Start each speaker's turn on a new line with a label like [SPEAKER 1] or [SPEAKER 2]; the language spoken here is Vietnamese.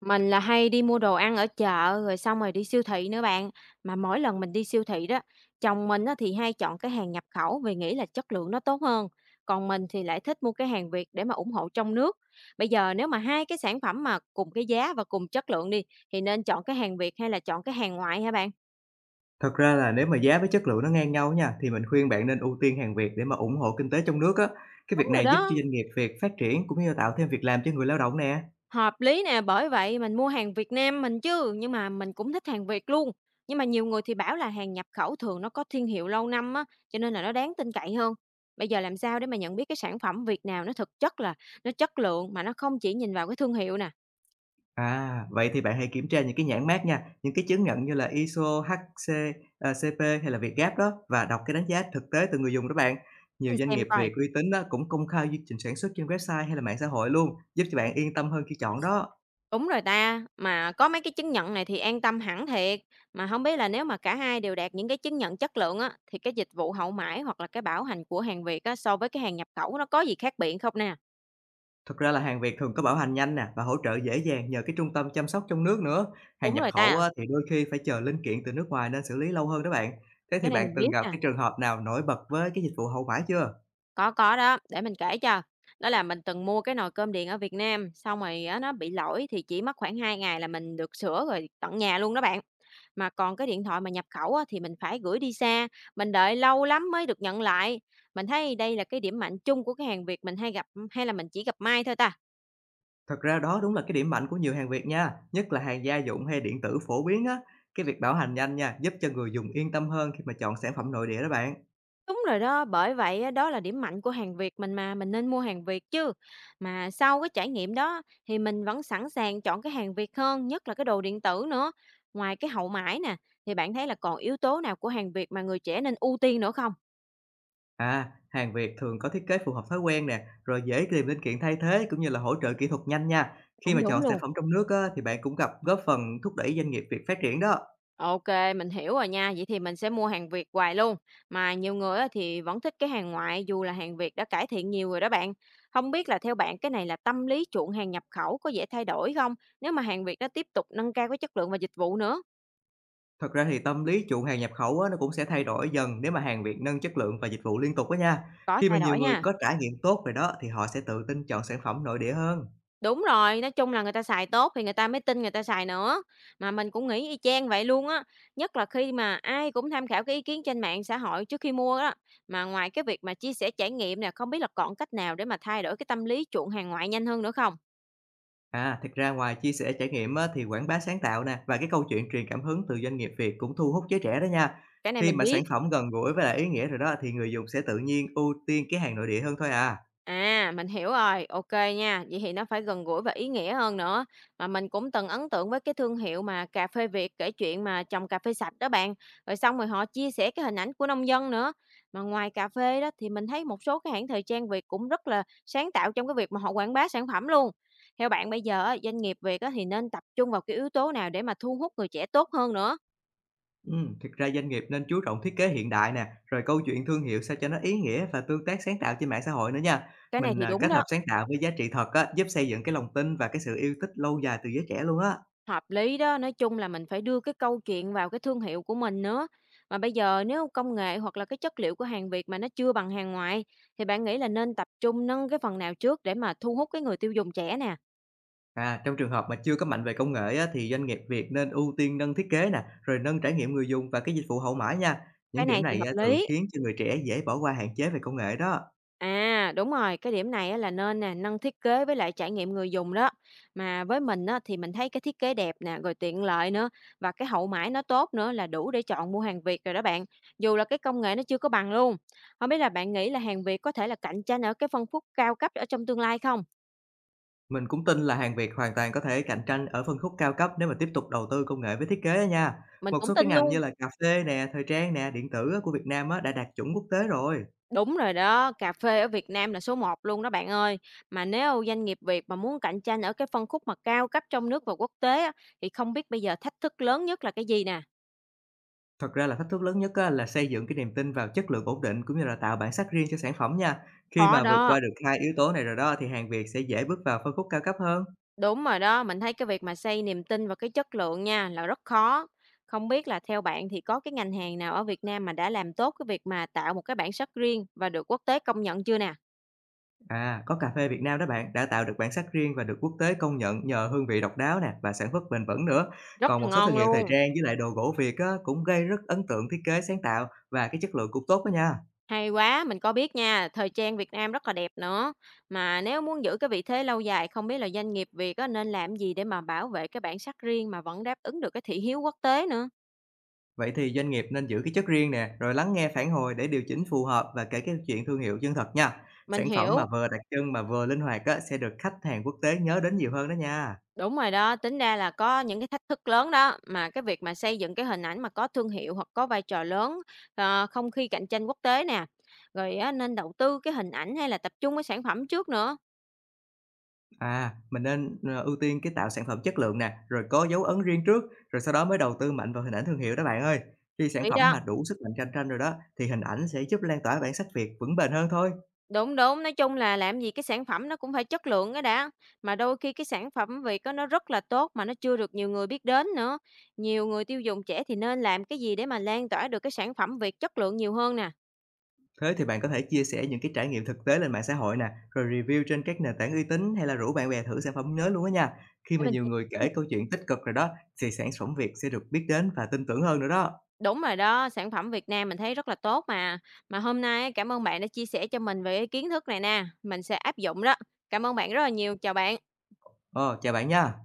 [SPEAKER 1] Mình là hay đi mua đồ ăn ở chợ rồi xong rồi đi siêu thị nữa bạn. Mà mỗi lần mình đi siêu thị đó, chồng mình á thì hay chọn cái hàng nhập khẩu vì nghĩ là chất lượng nó tốt hơn. Còn mình thì lại thích mua cái hàng Việt để mà ủng hộ trong nước. Bây giờ nếu mà hai cái sản phẩm mà cùng cái giá và cùng chất lượng đi thì nên chọn cái hàng Việt hay là chọn cái hàng ngoại hả bạn?
[SPEAKER 2] Thật ra là nếu mà giá với chất lượng nó ngang nhau nha, thì mình khuyên bạn nên ưu tiên hàng Việt để mà ủng hộ kinh tế trong nước á. Cái
[SPEAKER 1] Đúng
[SPEAKER 2] việc
[SPEAKER 1] rồi
[SPEAKER 2] này giúp cho
[SPEAKER 1] đó,
[SPEAKER 2] doanh nghiệp Việt phát triển cũng như là tạo thêm việc làm cho người lao động nè.
[SPEAKER 1] hợp lý nè, bởi vậy mình mua hàng Việt Nam mình chứ, nhưng mà mình cũng thích hàng Việt luôn. Nhưng mà nhiều người thì bảo là hàng nhập khẩu thường nó có thương hiệu lâu năm á, cho nên là nó đáng tin cậy hơn. Bây giờ làm sao để mà nhận biết cái sản phẩm Việt nào nó thực chất là nó chất lượng mà nó không chỉ nhìn vào cái thương hiệu nè.
[SPEAKER 2] À, vậy thì bạn hãy kiểm tra những cái nhãn mác nha, những cái chứng nhận như là ISO, HC, à, CP hay là Vietgap đó, và đọc cái đánh giá thực tế từ người dùng đó bạn. Nhiều
[SPEAKER 1] Để
[SPEAKER 2] doanh
[SPEAKER 1] xem
[SPEAKER 2] nghiệp
[SPEAKER 1] coi.
[SPEAKER 2] Việt uy tín đó cũng công khai quy trình sản xuất trên website hay là mạng xã hội luôn, giúp cho bạn yên tâm hơn khi chọn đó.
[SPEAKER 1] Đúng rồi ta, mà có mấy cái chứng nhận này thì an tâm hẳn thiệt. Mà không biết là nếu mà cả hai đều đạt những cái chứng nhận chất lượng á, thì cái dịch vụ hậu mãi hoặc là cái bảo hành của hàng Việt á, so với cái hàng nhập khẩu nó có gì khác biệt không nè.
[SPEAKER 2] Thực ra là hàng Việt thường có bảo hành nhanh nè, và hỗ trợ dễ dàng nhờ cái trung tâm chăm sóc trong nước nữa. Hàng
[SPEAKER 1] Đúng
[SPEAKER 2] nhập
[SPEAKER 1] rồi
[SPEAKER 2] khẩu
[SPEAKER 1] ta,
[SPEAKER 2] á, thì đôi khi phải chờ linh kiện từ nước ngoài nên xử lý lâu hơn đó bạn. Thế thì
[SPEAKER 1] cái này
[SPEAKER 2] bạn
[SPEAKER 1] mình biết
[SPEAKER 2] từng gặp
[SPEAKER 1] nè.
[SPEAKER 2] cái trường hợp nào nổi bật với cái dịch vụ hậu mãi chưa?
[SPEAKER 1] Có đó, để mình kể cho. Đó là mình từng mua cái nồi cơm điện ở Việt Nam, xong rồi á nó bị lỗi thì chỉ mất khoảng 2 ngày là mình được sửa rồi tận nhà luôn đó bạn. Mà còn cái điện thoại mà nhập khẩu á, thì mình phải gửi đi xa, mình đợi lâu lắm mới được nhận lại. Mình thấy đây là cái điểm mạnh chung của cái hàng Việt mình hay gặp hay là mình chỉ gặp may thôi ta?
[SPEAKER 2] Thật ra đó đúng là cái điểm mạnh của nhiều hàng Việt nha, nhất là hàng gia dụng hay điện tử phổ biến á. Cái việc bảo hành nhanh nha, giúp cho người dùng yên tâm hơn khi mà chọn sản phẩm nội địa đó bạn.
[SPEAKER 1] Đúng rồi đó, bởi vậy á, đó là điểm mạnh của hàng Việt mình mà, mình nên mua hàng Việt chứ. Mà sau cái trải nghiệm đó thì mình vẫn sẵn sàng chọn cái hàng Việt hơn, nhất là cái đồ điện tử nữa. Ngoài cái hậu mãi nè, thì bạn thấy là còn yếu tố nào của hàng Việt mà người trẻ nên ưu tiên nữa không?
[SPEAKER 2] À, hàng Việt thường có thiết kế phù hợp thói quen nè, rồi dễ tìm linh kiện thay thế cũng như là hỗ trợ kỹ thuật nhanh nha. Khi
[SPEAKER 1] Đúng
[SPEAKER 2] mà chọn
[SPEAKER 1] đúng
[SPEAKER 2] sản
[SPEAKER 1] luôn.
[SPEAKER 2] phẩm trong nước á, thì bạn cũng gặp góp phần thúc đẩy doanh nghiệp Việt phát triển đó.
[SPEAKER 1] OK, mình hiểu rồi nha. Vậy thì mình sẽ mua hàng Việt hoài luôn. Mà nhiều người á thì vẫn thích cái hàng ngoại dù là hàng Việt đã cải thiện nhiều rồi đó bạn. Không biết là theo bạn cái này là tâm lý chuộng hàng nhập khẩu có dễ thay đổi không? Nếu mà hàng Việt nó tiếp tục nâng cao cái chất lượng và dịch vụ nữa,
[SPEAKER 2] Thật ra thì tâm lý chuộng hàng nhập khẩu á, nó cũng sẽ thay đổi dần nếu mà hàng Việt nâng chất lượng và dịch vụ liên tục đó nha.
[SPEAKER 1] có
[SPEAKER 2] Khi mà
[SPEAKER 1] thay
[SPEAKER 2] nhiều
[SPEAKER 1] đổi
[SPEAKER 2] người
[SPEAKER 1] ha.
[SPEAKER 2] có trải nghiệm tốt rồi đó, thì họ sẽ tự tin chọn sản phẩm nội địa hơn.
[SPEAKER 1] Đúng rồi, nói chung là người ta xài tốt thì người ta mới tin người ta xài nữa. Mà mình cũng nghĩ y chang vậy luôn á, nhất là khi mà ai cũng tham khảo cái ý kiến trên mạng xã hội trước khi mua đó. Mà ngoài cái việc mà chia sẻ trải nghiệm nè, không biết là còn cách nào để mà thay đổi cái tâm lý chuộng hàng ngoại nhanh hơn nữa không?
[SPEAKER 2] À, thực ra ngoài chia sẻ trải nghiệm á, thì quảng bá sáng tạo nè và cái câu chuyện truyền cảm hứng từ doanh nghiệp Việt cũng thu hút giới trẻ đó nha.
[SPEAKER 1] Cái này
[SPEAKER 2] Khi
[SPEAKER 1] mình
[SPEAKER 2] mà sản
[SPEAKER 1] biết.
[SPEAKER 2] phẩm gần gũi với lại ý nghĩa rồi đó, thì người dùng sẽ tự nhiên ưu tiên cái hàng nội địa hơn thôi à.
[SPEAKER 1] À, mình hiểu rồi, OK nha. Vậy thì nó phải gần gũi và ý nghĩa hơn nữa. Mà mình cũng từng ấn tượng với cái thương hiệu mà cà phê Việt kể chuyện mà trồng cà phê sạch đó bạn. Rồi xong rồi họ chia sẻ cái hình ảnh của nông dân nữa. Mà ngoài cà phê đó thì mình thấy một số cái hãng thời trang Việt cũng rất là sáng tạo trong cái việc mà họ quảng bá sản phẩm luôn. Theo bạn bây giờ á, doanh nghiệp Việt á, thì nên tập trung vào cái yếu tố nào để mà thu hút người trẻ tốt hơn nữa?
[SPEAKER 2] Ừ, thực ra doanh nghiệp nên chú trọng thiết kế hiện đại nè, rồi câu chuyện thương hiệu sao cho nó ý nghĩa và tương tác sáng tạo trên mạng xã hội nữa nha.
[SPEAKER 1] Cái này
[SPEAKER 2] Mình
[SPEAKER 1] thì
[SPEAKER 2] à,
[SPEAKER 1] đúng
[SPEAKER 2] kết hợp
[SPEAKER 1] đó.
[SPEAKER 2] sáng tạo với giá trị thật á, giúp xây dựng cái lòng tin và cái sự yêu thích lâu dài từ giới trẻ luôn á.
[SPEAKER 1] Hợp lý đó, nói chung là mình phải đưa cái câu chuyện vào cái thương hiệu của mình nữa. Mà bây giờ nếu công nghệ hoặc là cái chất liệu của hàng Việt mà nó chưa bằng hàng ngoại thì bạn nghĩ là nên tập trung nâng cái phần nào trước để mà thu hút cái người tiêu dùng trẻ nè?
[SPEAKER 2] À, trong trường hợp mà chưa có mạnh về công nghệ á, thì doanh nghiệp Việt nên ưu tiên nâng thiết kế nè, rồi nâng trải nghiệm người dùng và cái dịch vụ hậu mãi nha. Những
[SPEAKER 1] Cái
[SPEAKER 2] điểm
[SPEAKER 1] này thì
[SPEAKER 2] này
[SPEAKER 1] hợp
[SPEAKER 2] á, thường
[SPEAKER 1] lý.
[SPEAKER 2] khiến cho người trẻ dễ bỏ qua hạn chế về công nghệ đó.
[SPEAKER 1] À, đúng rồi, cái điểm này á là nên nè, nâng thiết kế với lại trải nghiệm người dùng đó. Mà với mình á, thì mình thấy cái thiết kế đẹp nè, rồi tiện lợi nữa, và cái hậu mãi nó tốt nữa là đủ để chọn mua hàng Việt rồi đó bạn. Dù là cái công nghệ nó chưa có bằng luôn. Không biết là bạn nghĩ là hàng Việt có thể là cạnh tranh ở cái phân khúc cao cấp ở trong tương lai không?
[SPEAKER 2] Mình cũng tin là hàng Việt hoàn toàn có thể cạnh tranh ở phân khúc cao cấp nếu mà tiếp tục đầu tư công nghệ với thiết kế á nha.
[SPEAKER 1] Mình
[SPEAKER 2] Một số
[SPEAKER 1] cũng
[SPEAKER 2] cái
[SPEAKER 1] tin
[SPEAKER 2] ngành như
[SPEAKER 1] luôn.
[SPEAKER 2] là cà phê nè, thời trang nè, điện tử á, của Việt Nam á, đã đạt chuẩn quốc tế rồi.
[SPEAKER 1] Đúng rồi đó, cà phê ở Việt Nam là số một luôn đó bạn ơi. Mà nếu doanh nghiệp Việt mà muốn cạnh tranh ở cái phân khúc mà cao cấp trong nước và quốc tế á, thì không biết bây giờ thách thức lớn nhất là cái gì nè?
[SPEAKER 2] Thật ra là thách thức lớn nhất á, là xây dựng cái niềm tin vào chất lượng ổn định cũng như là tạo bản sắc riêng cho sản phẩm nha. Khi
[SPEAKER 1] Khó
[SPEAKER 2] mà vượt
[SPEAKER 1] đó.
[SPEAKER 2] qua được hai yếu tố này rồi đó, thì hàng Việt sẽ dễ bước vào phân khúc cao cấp hơn.
[SPEAKER 1] Đúng rồi đó, mình thấy cái việc mà xây niềm tin vào cái chất lượng nha là rất khó. Không biết là theo bạn thì có cái ngành hàng nào ở Việt Nam mà đã làm tốt cái việc mà tạo một cái bản sắc riêng và được quốc tế công nhận chưa nè?
[SPEAKER 2] À, có cà phê Việt Nam đó bạn, đã tạo được bản sắc riêng và được quốc tế công nhận nhờ hương vị độc đáo nè và sản xuất bền vững nữa.
[SPEAKER 1] Rất
[SPEAKER 2] Còn một
[SPEAKER 1] là
[SPEAKER 2] số thương
[SPEAKER 1] ngon
[SPEAKER 2] hiệu thời
[SPEAKER 1] luôn.
[SPEAKER 2] trang với lại đồ gỗ Việt á, cũng gây rất ấn tượng thiết kế sáng tạo và cái chất lượng cũng tốt đó nha.
[SPEAKER 1] Hay quá, mình có biết nha, thời trang Việt Nam rất là đẹp nữa. Mà nếu muốn giữ cái vị thế lâu dài, không biết là doanh nghiệp Việt á, nên làm gì để mà bảo vệ cái bản sắc riêng mà vẫn đáp ứng được cái thị hiếu quốc tế nữa.
[SPEAKER 2] Vậy thì doanh nghiệp nên giữ cái chất riêng nè, rồi lắng nghe phản hồi để điều chỉnh phù hợp và kể cái chuyện thương hiệu chân thật nha.
[SPEAKER 1] Mình
[SPEAKER 2] Sản phẩm mà
[SPEAKER 1] hiểu.
[SPEAKER 2] vừa đặc trưng mà vừa linh hoạt á, sẽ được khách hàng quốc tế nhớ đến nhiều hơn đó nha.
[SPEAKER 1] Đúng rồi đó, tính ra là có những cái thách thức lớn đó, mà cái việc mà xây dựng cái hình ảnh mà có thương hiệu hoặc có vai trò lớn, không khi cạnh tranh quốc tế nè, rồi á nên đầu tư cái hình ảnh hay là tập trung cái sản phẩm trước nữa.
[SPEAKER 2] À, mình nên, ưu tiên cái tạo sản phẩm chất lượng nè, rồi có dấu ấn riêng trước, rồi sau đó mới đầu tư mạnh vào hình ảnh thương hiệu đó bạn ơi. Khi sản
[SPEAKER 1] Vậy
[SPEAKER 2] phẩm
[SPEAKER 1] đó,
[SPEAKER 2] mà đủ sức mạnh cạnh tranh rồi đó, thì hình ảnh sẽ giúp lan tỏa bản sắc Việt vững bền hơn thôi.
[SPEAKER 1] đúng, đúng, nói chung là làm gì cái sản phẩm nó cũng phải chất lượng cái đã, mà đôi khi cái sản phẩm Việt á nó rất là tốt mà nó chưa được nhiều người biết đến nữa. Nhiều người tiêu dùng trẻ thì nên làm cái gì để mà lan tỏa được cái sản phẩm Việt chất lượng nhiều hơn nè,
[SPEAKER 2] Thế thì bạn có thể chia sẻ những cái trải nghiệm thực tế lên mạng xã hội nè, rồi review trên các nền tảng uy tín hay là rủ bạn bè thử sản phẩm mới luôn á nha. Khi
[SPEAKER 1] để
[SPEAKER 2] mà
[SPEAKER 1] mình
[SPEAKER 2] nhiều
[SPEAKER 1] chia
[SPEAKER 2] người
[SPEAKER 1] sẻ.
[SPEAKER 2] kể câu chuyện tích cực rồi đó, thì sản phẩm Việt sẽ được biết đến và tin tưởng hơn nữa đó.
[SPEAKER 1] Đúng rồi đó, sản phẩm Việt Nam mình thấy rất là tốt mà. Mà hôm nay á, cảm ơn bạn đã chia sẻ cho mình về cái kiến thức này nè, mình sẽ áp dụng đó. Cảm ơn bạn rất là nhiều, chào bạn.
[SPEAKER 2] Ờ, chào bạn nha.